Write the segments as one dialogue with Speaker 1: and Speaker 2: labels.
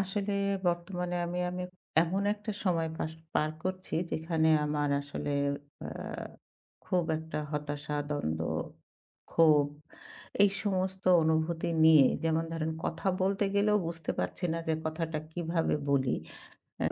Speaker 1: আসলে বর্তমানে আমি আমি এমন একটা সময় পার করছি যেখানে আমার আসলে আ খুব একটা হতাশা, দ্বন্দ্ব, ক্ষোভ এই সমস্ত অনুভূতি নিয়ে যেমন ধরেন কথা বলতে গেলেও বুঝতে পারছি না যে কথাটা কিভাবে বলি।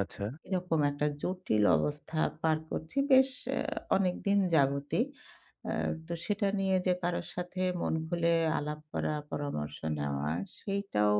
Speaker 2: আচ্ছা,
Speaker 1: এরকম একটা জটিল অবস্থা পার করছি বেশ আ অনেকদিন যাবতই। আ তো সেটা নিয়ে যে কারো সাথে মন খুলে আলাপ করা, পরামর্শ নেওয়া সেইটাও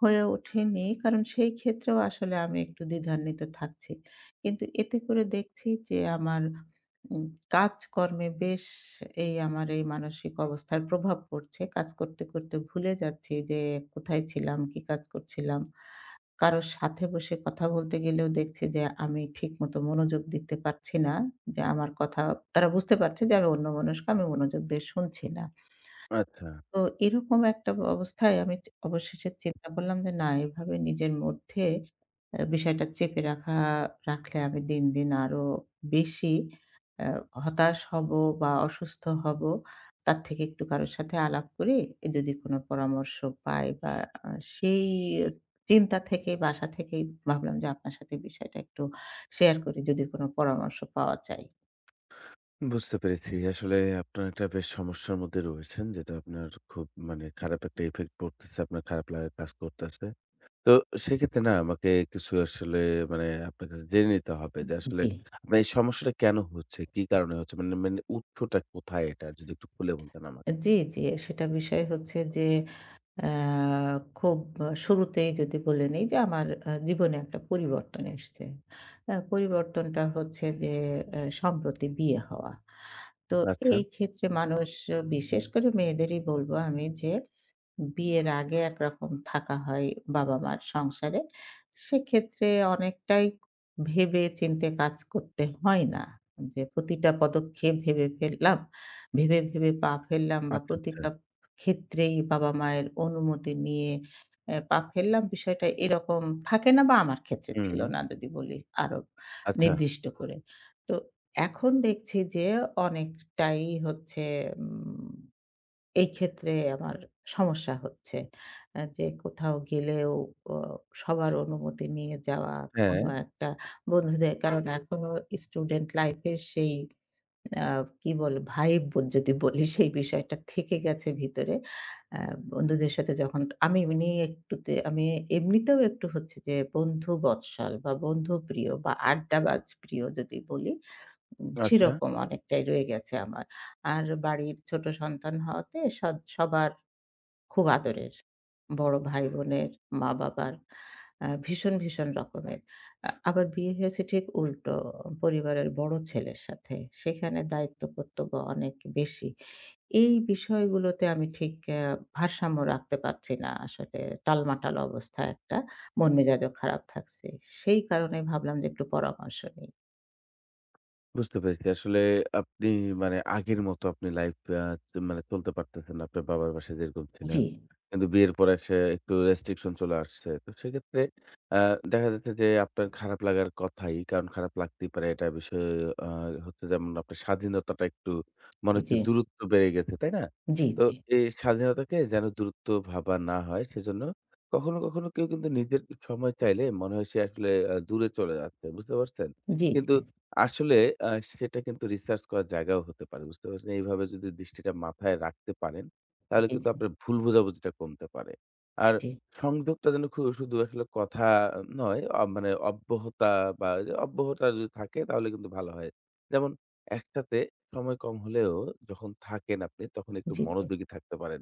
Speaker 1: হয়ে ওঠেনি। কারণ সেই ক্ষেত্রেও আসলে আমি একটু দ্বিধান্বিত থাকছি। কিন্তু এতে করে দেখছি যে আমার উম কাজকর্মে বেশ এই আমার এই মানসিক অবস্থার প্রভাব পড়ছে। কাজ করতে, করতে ভুলে যাচ্ছি যে কোথায় ছিলাম, কি কাজ করছিলাম। কারো সাথে বসে কথা বলতে গেলেও দেখছি যে আমি ঠিকমতো মনোযোগ দিতে পারছি না। যে আমার কথা তারা বুঝতে পারছে যে আমি অন্যমনস্ক, আমি মনোযোগ দিয়ে শুনছি না।
Speaker 2: আচ্ছা।
Speaker 1: তো এরকম একটা অবস্থায় আমি অবশেষে চিন্তা করলাম যে না এভাবে নিজের মধ্যে বিষয়টা চেপে রাখলে আমি দিন, দিন আরো বেশি অ্যা হতাশ হব বা অসুস্থ হব। তার থেকে একটু কারো সাথে আলাপ করে যদি কোনো পরামর্শ পাই বা আ সেই চিন্তা থেকে বাসা থেকেই ভাবলাম যে আপনার সাথে বিষয়টা একটু শেয়ার করি যদি কোনো পরামর্শ পাওয়া যায়।
Speaker 2: বুঝতে পেরেছি। আসলে আপনার একটা বেশ সমস্যার মধ্যে রয়েছেন। যেটা আপনার খুব খারাপ একটা ইফেক্ট পড়তেছে। আপনার খারাপ লাগা কাজ করতেছে। তো সেক্ষেত্রে না আমাকে কিছু মানে আপনার কাছে জেনে নিতে হবে যে আসলে
Speaker 1: জি।
Speaker 2: আপনার এই সমস্যাটা কেন হচ্ছে? কি কারণে হচ্ছে? মানে মানে উৎসটা কোথায় এটার? যদি একটু খুলে বলতেন আমাকে।
Speaker 1: জি, জি। সেটা বিষয় হচ্ছে যে আ খুব শুরুতেই যদি বলে নেই যে আমার জীবনে একটা পরিবর্তন এসছে। পরিবর্তনটা হচ্ছে যে সম্প্রতি বিয়ে হওয়া। তো
Speaker 2: আচ্ছা,
Speaker 1: এই ক্ষেত্রে মানুষ বিশেষ করে মেয়েদেরই বলব আমি যে বিয়ের আগে একরকম থাকা হয় বাবা-মার সংসারে। সেক্ষেত্রে অনেকটাই ভেবে চিন্তে কাজ করতে হয় না। যে প্রতিটা পদক্ষেপ ভেবে ফেললাম, ভেবে, ভেবে পা ফেললাম বা
Speaker 2: আচ্ছা, আচ্ছা।
Speaker 1: প্রতিটা ক্ষেত্রেই বাবা-মায়ের অনুমতি নিয়ে পা ফেললাম। বিষয়টা এরকম থাকে না বা আমার ক্ষেত্রে ছিল
Speaker 2: হুম,
Speaker 1: না যদি বলি আরো
Speaker 2: আচ্ছা।
Speaker 1: নির্দিষ্ট করে। তো এখন দেখছি যে অনেকটাই হচ্ছে উম এই ক্ষেত্রে আমার সমস্যা হচ্ছে। যে কোথাও গেলেও অ সবার অনুমতি নিয়ে যাওয়া,
Speaker 2: হ্যাঁ,
Speaker 1: কোনো একটা বন্ধুদের কারণ এখনো স্টুডেন্ট লাইফ এর সেই আ কি বলে ভাইব যদি বলি সেই বিষয়টা থেকে গেছে ভিতরে। অ্যা বন্ধুদের সাথে যখন আমি এমনিতেও একটু হচ্ছে যে বন্ধু বৎসল বা বন্ধুপ্রিয় বা আড্ডাবাজ প্রিয় যদি বলি।
Speaker 2: আচ্ছা।
Speaker 1: সেরকম অনেকটাই রয়ে গেছে আমার। আর বাড়ির ছোট সন্তান হওয়াতে সবার খুব আদরের। বড় ভাই-বোনের, মা-বাবার ভীষণ, ভীষণ রকমের। আবার বিয়ে হয়েছে ঠিক উল্টো। পরিবারের বড় ছেলের সাথে। সেখানে দায়িত্ব কর্তব্য অনেক বেশি। এই বিষয়গুলোতে আমি ঠিক ভারসাম্য রাখতে পারছি না আসলে। টালমাটাল অবস্থা একটা। মন মেজাজও খারাপ থাকছে। সেই কারণে ভাবলাম যে একটু পরামর্শ নিই।
Speaker 2: বুঝতে পেরেছি। আসলে আপনি মানে আগের মতো আপনি লাইফ মানে চলতে পারতেছেন না। আপনার বাবার বাসায় যেরকম ছিলেন।
Speaker 1: জি,
Speaker 2: কিন্তু বিয়ের পরে এসে একটু রেস্ট্রিকশন চলে আসছে। তো সেক্ষেত্রে আ দেখা যাচ্ছে যে আপনার খারাপ লাগার কথাই। কারণ খারাপ লাগতেই পারে এটা বিষয়ে আ হচ্ছে যেমন আপনার স্বাধীনতাটা একটু মনে হচ্ছে
Speaker 1: জি,
Speaker 2: দূরত্ব বেড়ে গেছে, তাই না?
Speaker 1: জি,
Speaker 2: তো
Speaker 1: জি।
Speaker 2: এই স্বাধীনতাকে যেন দূরত্ব ভাবা না হয় সেজন্য কখনো, কখনো কেউ কিন্তু নিজের সময় চাইলে মনে হয় সে আসলে দূরে চলে যাচ্ছে। বুঝতে পারছেন?
Speaker 1: জি,
Speaker 2: কিন্তু আসলে আ সেটা কিন্তু রিসার্চ করার জায়গাও হতে পারে। বুঝতে পারছেন? এইভাবে যদি দৃষ্টিটা মাথায় রাখতে পারেন, তাহলে
Speaker 1: জি,
Speaker 2: কিন্তু
Speaker 1: জি,
Speaker 2: আপনার ভুল বোঝাবুঝিটা কমতে পারে। আর
Speaker 1: জি,
Speaker 2: সংযোগটা যেন শুধু আসলে কথা নয়, মানে অব্যাহতা বা এই যে অব্যাহতা যদি থাকে তাহলে কিন্তু ভালো হয়। যেমন একসাথে সময় কম হলেও যখন থাকেন আপনি তখন একটু
Speaker 1: জি, জি,
Speaker 2: মনোযোগী থাকতে পারেন।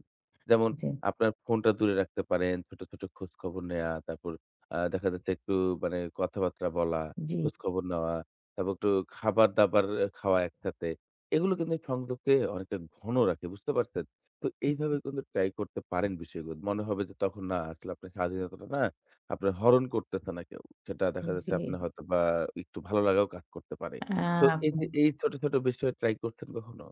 Speaker 2: যেমন
Speaker 1: জি,
Speaker 2: আপনার ফোনটা দূরে রাখতে পারেন, ছোট, ছোট খোঁজখবর নেয়া, তারপর দেখা যাচ্ছে একটু মানে কথাবার্তা বলা,
Speaker 1: জি,
Speaker 2: খোঁজখবর নেওয়া। তারপর একটু খাবার-দাবার এ খাওয়া একসাথে। এগুলো কিন্তু এই সংযোগকে অনেকটা ঘন রাখে, বুঝতে পারছেন? তো এইভাবে কিন্তু ট্রাই করতে পারেন বিষয়গুলো। মনে হবে যে তখন না আসলে আপনার স্বাধীনতাটা না আপনার হরণ করতেছে না কেউ। সেটা দেখা যাচ্ছে
Speaker 1: জি, জি,
Speaker 2: আপনার হয়তোবা একটু ভালো লাগাও কাজ করতে পারে।
Speaker 1: আ
Speaker 2: তো এই যে এই ছোট, ছোট বিষয়ে ট্রাই করছেন কখনো?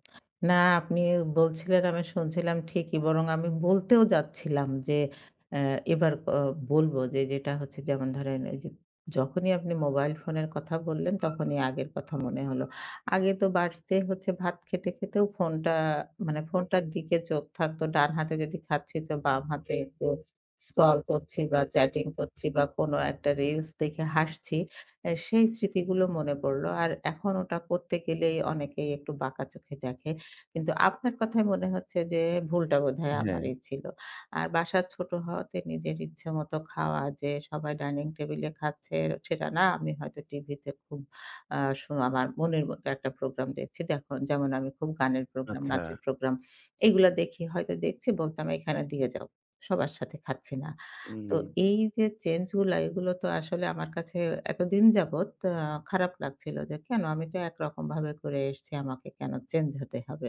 Speaker 1: না, আপনি বলছিলেন আমি শুনছিলাম ঠিকই। বরং আমি বলতেও যাচ্ছিলাম যে অ্যা এবার বলব যে যেটা হচ্ছে যেমন ধরেন এই যে যখনই আপনি মোবাইল ফোনের কথা বললেন তখনই আগের কথা মনে হলো। আগে তো বাড়িতে হচ্ছে ভাত খেতে, খেতেও ফোনটা মানে ফোনটার দিকে চোখ থাকতো। ডান হাতে যদি খাচ্ছি তো বাম হাতে একটু স্ক্রল করছি বা চ্যাটিং করছি বা কোনো একটা রিলস দেখে হাসছি। সেই স্মৃতিগুলো মনে পড়ল। আর এখন ওটা করতে গেলেই অনেকেই একটু বাঁকা চোখে দেখে। কিন্তু আপনার কথায় মনে হচ্ছে যে ভুলটা বোধহয়
Speaker 2: হ্যাঁ।
Speaker 1: আমারই ছিল। আর বাসা ছোট হওয়াতে নিজের ইচ্ছেমতো খাওয়া যে সবাই ডাইনিং টেবিলে খাচ্ছে সেটা না। আমি হয়তো টিভিতে খুব আ শু আমার মনের মতো একটা প্রোগ্রাম দেখছি। দেখুন যেমন আমি খুব গানের প্রোগ্রাম,
Speaker 2: আচ্ছা,
Speaker 1: নাচের প্রোগ্রাম এগুলা দেখি হয়তো দেখছি বলতাম এখানে দিয়ে যাও। সবার সাথে খাচ্ছি না। তো
Speaker 2: উম
Speaker 1: এই যে চেঞ্জ গুলা এগুলো তো আসলে আমার কাছে এতদিন যাবৎ খারাপ লাগছিল যে কেন আমি তো একরকম ভাবে করে এসছি আমাকে কেন চেঞ্জ হতে হবে?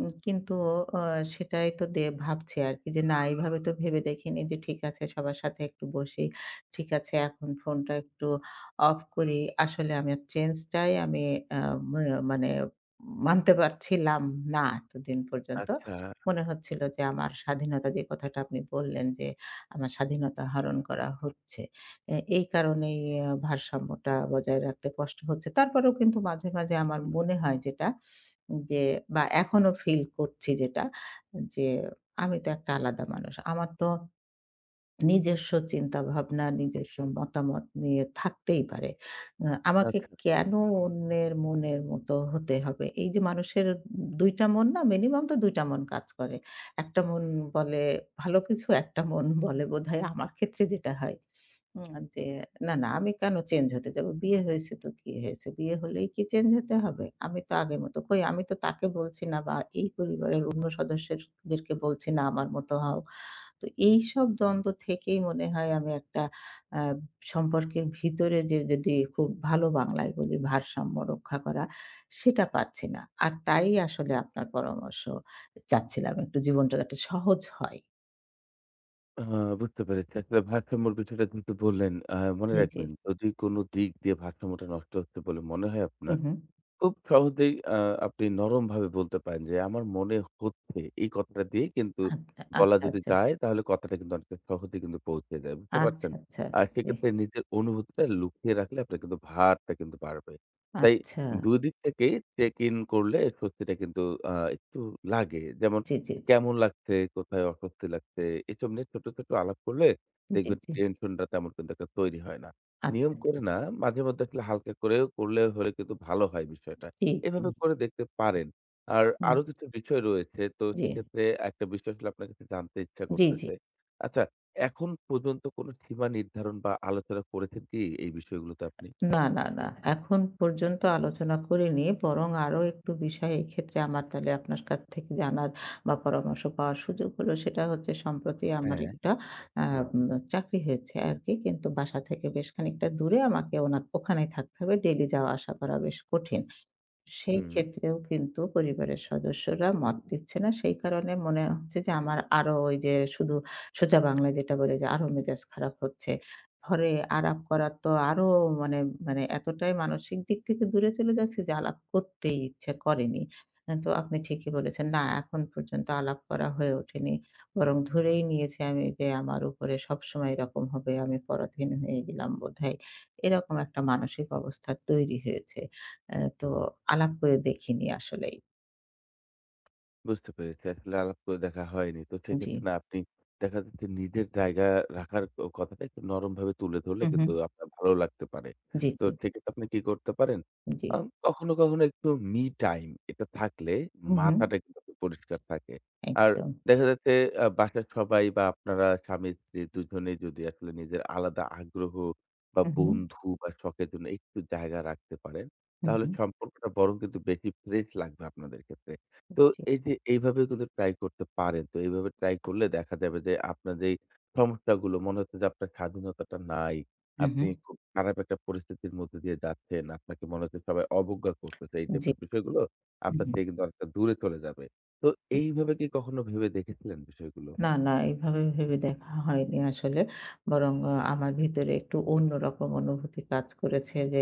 Speaker 1: কিন্তু আ সেটাই তো ভাবছি আরকি যে না এভাবে তো ভেবে দেখিনি যে ঠিক আছে সবার সাথে একটু বসি। ঠিক আছে এখন ফোনটা একটু অফ করি। আসলে আমি চেঞ্জটাই আমি আ মা মানে মানতে পারছিলাম না এতদিন পর্যন্ত।
Speaker 2: আচ্ছা,
Speaker 1: মনে হচ্ছিল যে আমার স্বাধীনতা যে কথাটা আপনি বললেন যে আমার স্বাধীনতা হরণ করা হচ্ছে। এই কারণেই ভারসাম্যটা বজায় রাখতে কষ্ট হচ্ছে। তারপরেও কিন্তু মাঝে, মাঝে আমার
Speaker 2: হুম,
Speaker 1: মনে হয় যেটা যে বা এখনো ফিল করছি যেটা যে আমি তো একটা আলাদা মানুষ। আমার তো নিজস্ব চিন্তাভাবনা, নিজস্ব মতামত নিয়ে থাকতেই পারে। আমাকে
Speaker 2: আচ্ছা।
Speaker 1: কেন অন্যের মনের মতো হতে হবে? এই যে মানুষের ২ টা মন না মিনিমাম তো ২ টা মন কাজ করে। একটা মন বলে ভালো কিছু, একটা মন বলে বোধহয় আমার ক্ষেত্রে যেটা হয় যে না, না আমি কেন চেঞ্জ হতে যাব? বিয়ে হয়েছে তো কি হয়েছে? বিয়ে হলেই কি চেঞ্জ হতে হবে? আমি তো আগের মতো কই আমি তো তাকে বলছি না বা এই পরিবারের অন্য সদস্যদেরকে বলছি না আমার মতো হও। তো এইসব দ্বন্দ্ব থেকেই মনে হয় আমি একটা আ সম্পর্কের ভিতরে যে যদি খুব ভালো বাংলায় বলি ভারসাম্য রক্ষা করা, সেটা পারছি না। আর তাই আসলে আপনার পরামর্শ চাচ্ছিলাম একটু জীবনটা যাতে সহজ হয়।
Speaker 2: হ্যাঁ, বুঝতে পেরেছি। আসলে ভারসাম্যর বিষয়টা কিন্তু বললেন। মনে
Speaker 1: জি, জি। জি।
Speaker 2: রাখবেন যদি কোন দিক দিয়ে ভারসাম্যটা নষ্ট হচ্ছে বলে মনে হয়
Speaker 1: হু,
Speaker 2: আপনার
Speaker 1: হু।
Speaker 2: খুব সহজেই আপনি নরমভাবে বলতে পারেন যে, "আমার মনে হচ্ছে" এই কথাটা দিয়ে কিন্তু
Speaker 1: আচ্ছা,
Speaker 2: বলা
Speaker 1: আচ্ছা,
Speaker 2: যদি
Speaker 1: আচ্ছা।
Speaker 2: যায় তাহলে কথাটা কিন্তু অনেকটা সহজে কিন্তু পৌঁছে যায়। বুঝতে
Speaker 1: আচ্ছা,
Speaker 2: পারছেন?
Speaker 1: আচ্ছা।
Speaker 2: আর
Speaker 1: জি।
Speaker 2: সেক্ষেত্রে নিজের অনুভূতিটা লুকিয়ে রাখলে আপনার কিন্তু ভারটা কিন্তু বাড়বে। তাই
Speaker 1: আচ্ছা।
Speaker 2: ২ দিক থেকে চেক ইন করলে স্বস্তিটা কিন্তু একটু লাগে। যেমন
Speaker 1: জি, জি,
Speaker 2: কেমন লাগছে, কোথায় অস্বস্তি লাগছে এসব নিয়ে ছোট, ছোট আলাপ করলে
Speaker 1: জি,
Speaker 2: দেখবেন
Speaker 1: জি।
Speaker 2: টেনশনটা তেমন কিন্তু একটা তৈরি হয় না।
Speaker 1: আচ্ছা,
Speaker 2: নিয়ম
Speaker 1: আচ্ছা।
Speaker 2: করে না। মাঝে মধ্যে আসলে হালকা করেও করলে হলে কিন্তু ভালো হয় বিষয়টা।
Speaker 1: জি, জি।
Speaker 2: এভাবে করে দেখতে পারেন। আর
Speaker 1: হুম,
Speaker 2: আরো কিছু বিষয় রয়েছে। তো
Speaker 1: জি।
Speaker 2: সেক্ষেত্রে একটা বিষয় আসলে আপনার কাছে জানতে ইচ্ছা
Speaker 1: জি, জি।
Speaker 2: করতেছে। আচ্ছা, এখন পর্যন্ত কোন সীমা নির্ধারণ বা আলোচনা করেছেন কি এই বিষয়গুলোতে আপনি?
Speaker 1: না, না, না। এখন পর্যন্ত আলোচনা করিনি। বরং আরো একটু বিষয় এক্ষেত্রে আমার তাহলে আপনার কাছ থেকে জানার বা পরামর্শ পাওয়ার সুযোগ হলো সেটা হচ্ছে সম্প্রতি আমার
Speaker 2: হ্যাঁ।
Speaker 1: একটা আ উম চাকরি হয়েছে আরকি। কিন্তু বাসা থেকে বেশ খানিকটা দূরে আমাকে ওখানেই থাকতে হবে। ডেইলি যাওয়া আসা করা বেশ কঠিন। সেই
Speaker 2: হুম।
Speaker 1: ক্ষেত্রেও কিন্তু পরিবারের সদস্যরা মত দিচ্ছে না। সেই কারণে মনে হচ্ছে যে আমার আরো ওই যে শুধু সোজা বাংলায় যেটা বলে যে আরো মেজাজ খারাপ হচ্ছে। ঘরে আলাপ করার তো আরো মানে মানে এতটাই মানসিক দিক থেকে দূরে চলে যাচ্ছি যে আলাপ করতেই ইচ্ছে করেনি। তো আপনি ঠিকই বলেছেন। না এখন পর্যন্ত আলাপ করা হয়ে ওঠেনি। বরং ধরেই নিয়েছি আমি যে আমার উপরে সবসময় এরকম হবে, আমি পরাধীন হয়ে গেলাম বোধহয়। এরকম একটা মানসিক অবস্থা তৈরি হয়েছে। তো আলাপ করে দেখিনি আসলেই।
Speaker 2: বুঝতে পেরেছি। আসলে আলাপ করে দেখা হয়নি। তো
Speaker 1: জি।
Speaker 2: সেক্ষেত্রে না আপনি দেখা যাচ্ছে নিজের জায়গা রাখার কথাটা একটু নরমভাবে তুলে ধরলে
Speaker 1: হু, হুম।
Speaker 2: কিন্তু আপনার ভালো লাগতে পারে।
Speaker 1: জি,
Speaker 2: তো
Speaker 1: জি,
Speaker 2: সেক্ষেত্রে আপনি কি করতে পারেন?
Speaker 1: জি।
Speaker 2: আ কখনো, কখনো একটু মি টাইম এটা থাকলে
Speaker 1: হু, হুম।
Speaker 2: মাথাটা কিন্তু আপনার পরিষ্কার থাকে। আর
Speaker 1: একদম।
Speaker 2: দেখা যাচ্ছে বাসার সবাই বা আপনারা স্বামী-স্ত্রী দুজনেই যদি আসলে নিজের আলাদা আগ্রহ বা
Speaker 1: হু, হুম।
Speaker 2: বন্ধু বা শখের জন্য একটু জায়গা রাখতে পারেন,
Speaker 1: হু,
Speaker 2: তাহলে
Speaker 1: হুম।
Speaker 2: সম্পর্কটা বরং কিন্তু বেশি ফ্রেশ লাগবে আপনাদের ক্ষেত্রে। তো
Speaker 1: জি।
Speaker 2: এই যে এইভাবে কিন্তু ট্রাই করতে পারেন। তো এইভাবে ট্রাই করলে দেখা যাবে যে আপনার যেই সমস্যাগুলো মনে হচ্ছে যে আপনার স্বাধীনতাটা নাই।
Speaker 1: হু,
Speaker 2: আপনি
Speaker 1: হুম।
Speaker 2: খুব খারাপ একটা পরিস্থিতির মধ্যে দিয়ে যাচ্ছেন। আপনাকে মনে হচ্ছে সবাই অবজ্ঞা করতেছে। এই
Speaker 1: জি।
Speaker 2: টাইপের বিষয়গুলো
Speaker 1: হু,
Speaker 2: আপনার
Speaker 1: হুম।
Speaker 2: থেকে কিন্তু অনেকটা দূরে চলে যাবে। তো এইভাবে কি কখনো ভেবে দেখেছিলেন বিষয়গুলো?
Speaker 1: না, না এভাবে ভেবে দেখা হয়নি আসলে। বরং আমার ভিতরে একটু অন্যরকম অনুভূতি কাজ করেছে যে,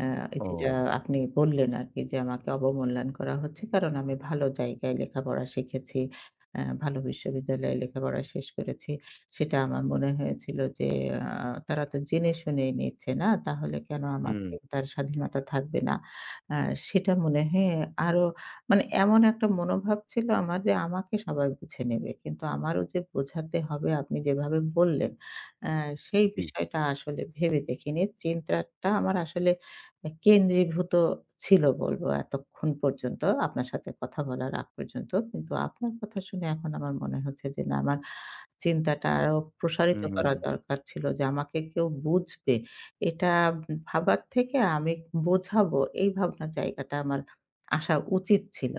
Speaker 1: আ যেটা
Speaker 2: ও
Speaker 1: আপনি বললেন আরকি যে, আমাকে অবমূল্যায়ন করা হচ্ছে। কারণ আমি ভালো জায়গায় লেখাপড়া শিখেছি। ভালো বিশ্ববিদ্যালয়ে লেখাপড়া শেষ করেছি। সেটা আমার মনে হয়েছিল যে, আ তারা তো জেনে শুনেই নিচ্ছে না। তাহলে কেন আমার
Speaker 2: হুম,
Speaker 1: চিন্তার স্বাধীনতা থাকবে না? আ সেটা মনে হয়ে আরো মানে এমন একটা মনোভাব ছিল আমার যে আমাকে সবাই বুঝে নেবে। কিন্তু আমারও যে বোঝাতে হবে আপনি যেভাবে বললেন, অ্যা সেই
Speaker 2: জি।
Speaker 1: বিষয়টা আসলে ভেবে দেখিনি। চিন্তাটা আমার আসলে কেন্দ্রীভূত ছিল বলব এতক্ষণ পর্যন্ত। আপনার সাথে কথা বলার আগ পর্যন্ত। কিন্তু আপনার কথা শুনে এখন আমার মনে হচ্ছে যে না আমার চিন্তাটা আরো প্রসারিত
Speaker 2: হুম, হুম,
Speaker 1: করা
Speaker 2: হুম।
Speaker 1: দরকার ছিল যে আমাকে কেউ বুঝবে। এটা ভাবার থেকে আমি বোঝাবো এই ভাবনার জায়গাটা আমার আসা উচিত ছিল।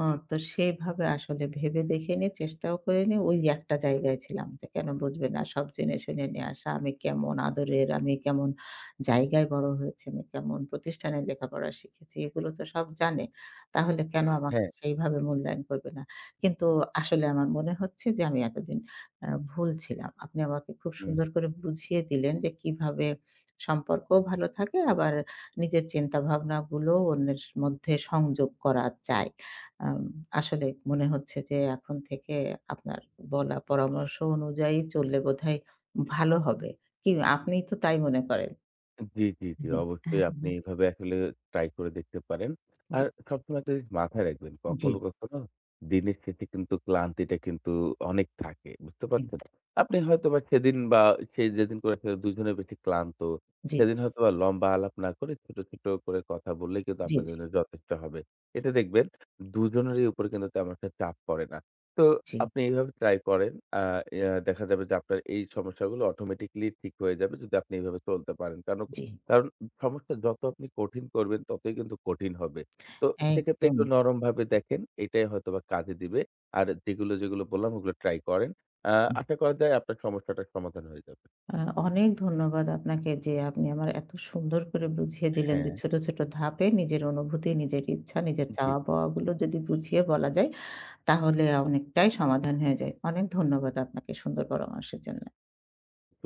Speaker 1: অ তো সেভাবে আসলে ভেবে দেখিনি, চেষ্টাও করিনি। ওই একটা জায়গায় ছিলাম যে কেন বুঝবে না? সব জেনে শুনে নিয়ে আসা। আমি কেমন আদরের, আমি কেমন জায়গায় বড় হয়েছি, আমি কেমন প্রতিষ্ঠানে লেখাপড়া শিখেছি এগুলো তো সব জানে। তাহলে কেন আমাকে
Speaker 2: হ্যাঁ,
Speaker 1: সেইভাবে মূল্যায়ন করবে না? কিন্তু আসলে আমার মনে হচ্ছে যে আমি এতদিন ভুল ছিলাম। আপনি আমাকে খুব
Speaker 2: হুম।
Speaker 1: সুন্দর করে বুঝিয়ে দিলেন যে কিভাবে সম্পর্কও ভালো থাকে আবার নিজের চিন্তাভাবনাগুলোও অন্যের মধ্যে সংযোগ করা যায়। আম আসলে মনে হচ্ছে যে এখন থেকে আপনার বলা পরামর্শ অনুযায়ী চললে বোধহয় ভালো হবে। কি আপনি তো তাই মনে করেন?
Speaker 2: জি, জি, জি।
Speaker 1: জি, হ্যাঁ,
Speaker 2: অবশ্যই আপনি এভাবে আসলে ট্রাই করে দেখতে পারেন। আর
Speaker 1: জি,
Speaker 2: সবসময় একটা জিনিস মাথায় রাখবেন।
Speaker 1: জি,
Speaker 2: কখনো, কখনো দিনের শেষে কিন্তু ক্লান্তিটা কিন্তু অনেক থাকে। বুঝতে পারছেন?
Speaker 1: একদম।
Speaker 2: আপনি হয়তোবা সেদিন বা সে যেদিন করে আসলে দুজনে বেশি ক্লান্ত,
Speaker 1: জি,
Speaker 2: সেদিন হয়তোবা লম্বা আলাপ না করে ছোট, ছোট করে কথা বললে কিন্তু
Speaker 1: জি,
Speaker 2: আপনার
Speaker 1: জি,
Speaker 2: জন্য যথেষ্ট হবে। এতে দেখবেন দুজনেরই উপরে কিন্তু তেমন একটা চাপ পড়ে না। তো
Speaker 1: জি,
Speaker 2: আপনি এইভাবে ট্রাই করেন। আ ইয়া দেখা যাবে যে আপনার এই সমস্যাগুলো অটোমেটিক্যালি ঠিক হয়ে যাবে যদি আপনি এভাবে চলতে পারেন। কারণ
Speaker 1: জি,
Speaker 2: কারণ সমস্যা যত আপনি কঠিন করবেন ততই কিন্তু কঠিন হবে। তো সেক্ষেত্রে
Speaker 1: একদম।
Speaker 2: একটু নরমভাবে দেখেন। এটাই হয়তোবা কাজে দিবে। আর যেগুলো, যেগুলো বললাম ওগুলো ট্রাই করেন। আ আশা করা যায় আপনার সমস্যাটার সমাধান হয়ে যাবে।
Speaker 1: আ অনেক ধন্যবাদ আপনাকে যে আপনি আমার এত সুন্দর করে বুঝিয়ে দিলেন
Speaker 2: হ্যাঁ।
Speaker 1: যে ছোট, ছোট ধাপে নিজের অনুভূতি, নিজের ইচ্ছা, নিজের
Speaker 2: জি।
Speaker 1: চাওয়া-পাওয়াগুলো যদি বুঝিয়ে বলা যায় তাহলে অনেকটাই সমাধান হয়ে যায়। অনেক ধন্যবাদ আপনাকে সুন্দর পরামর্শের জন্য।
Speaker 2: শুভ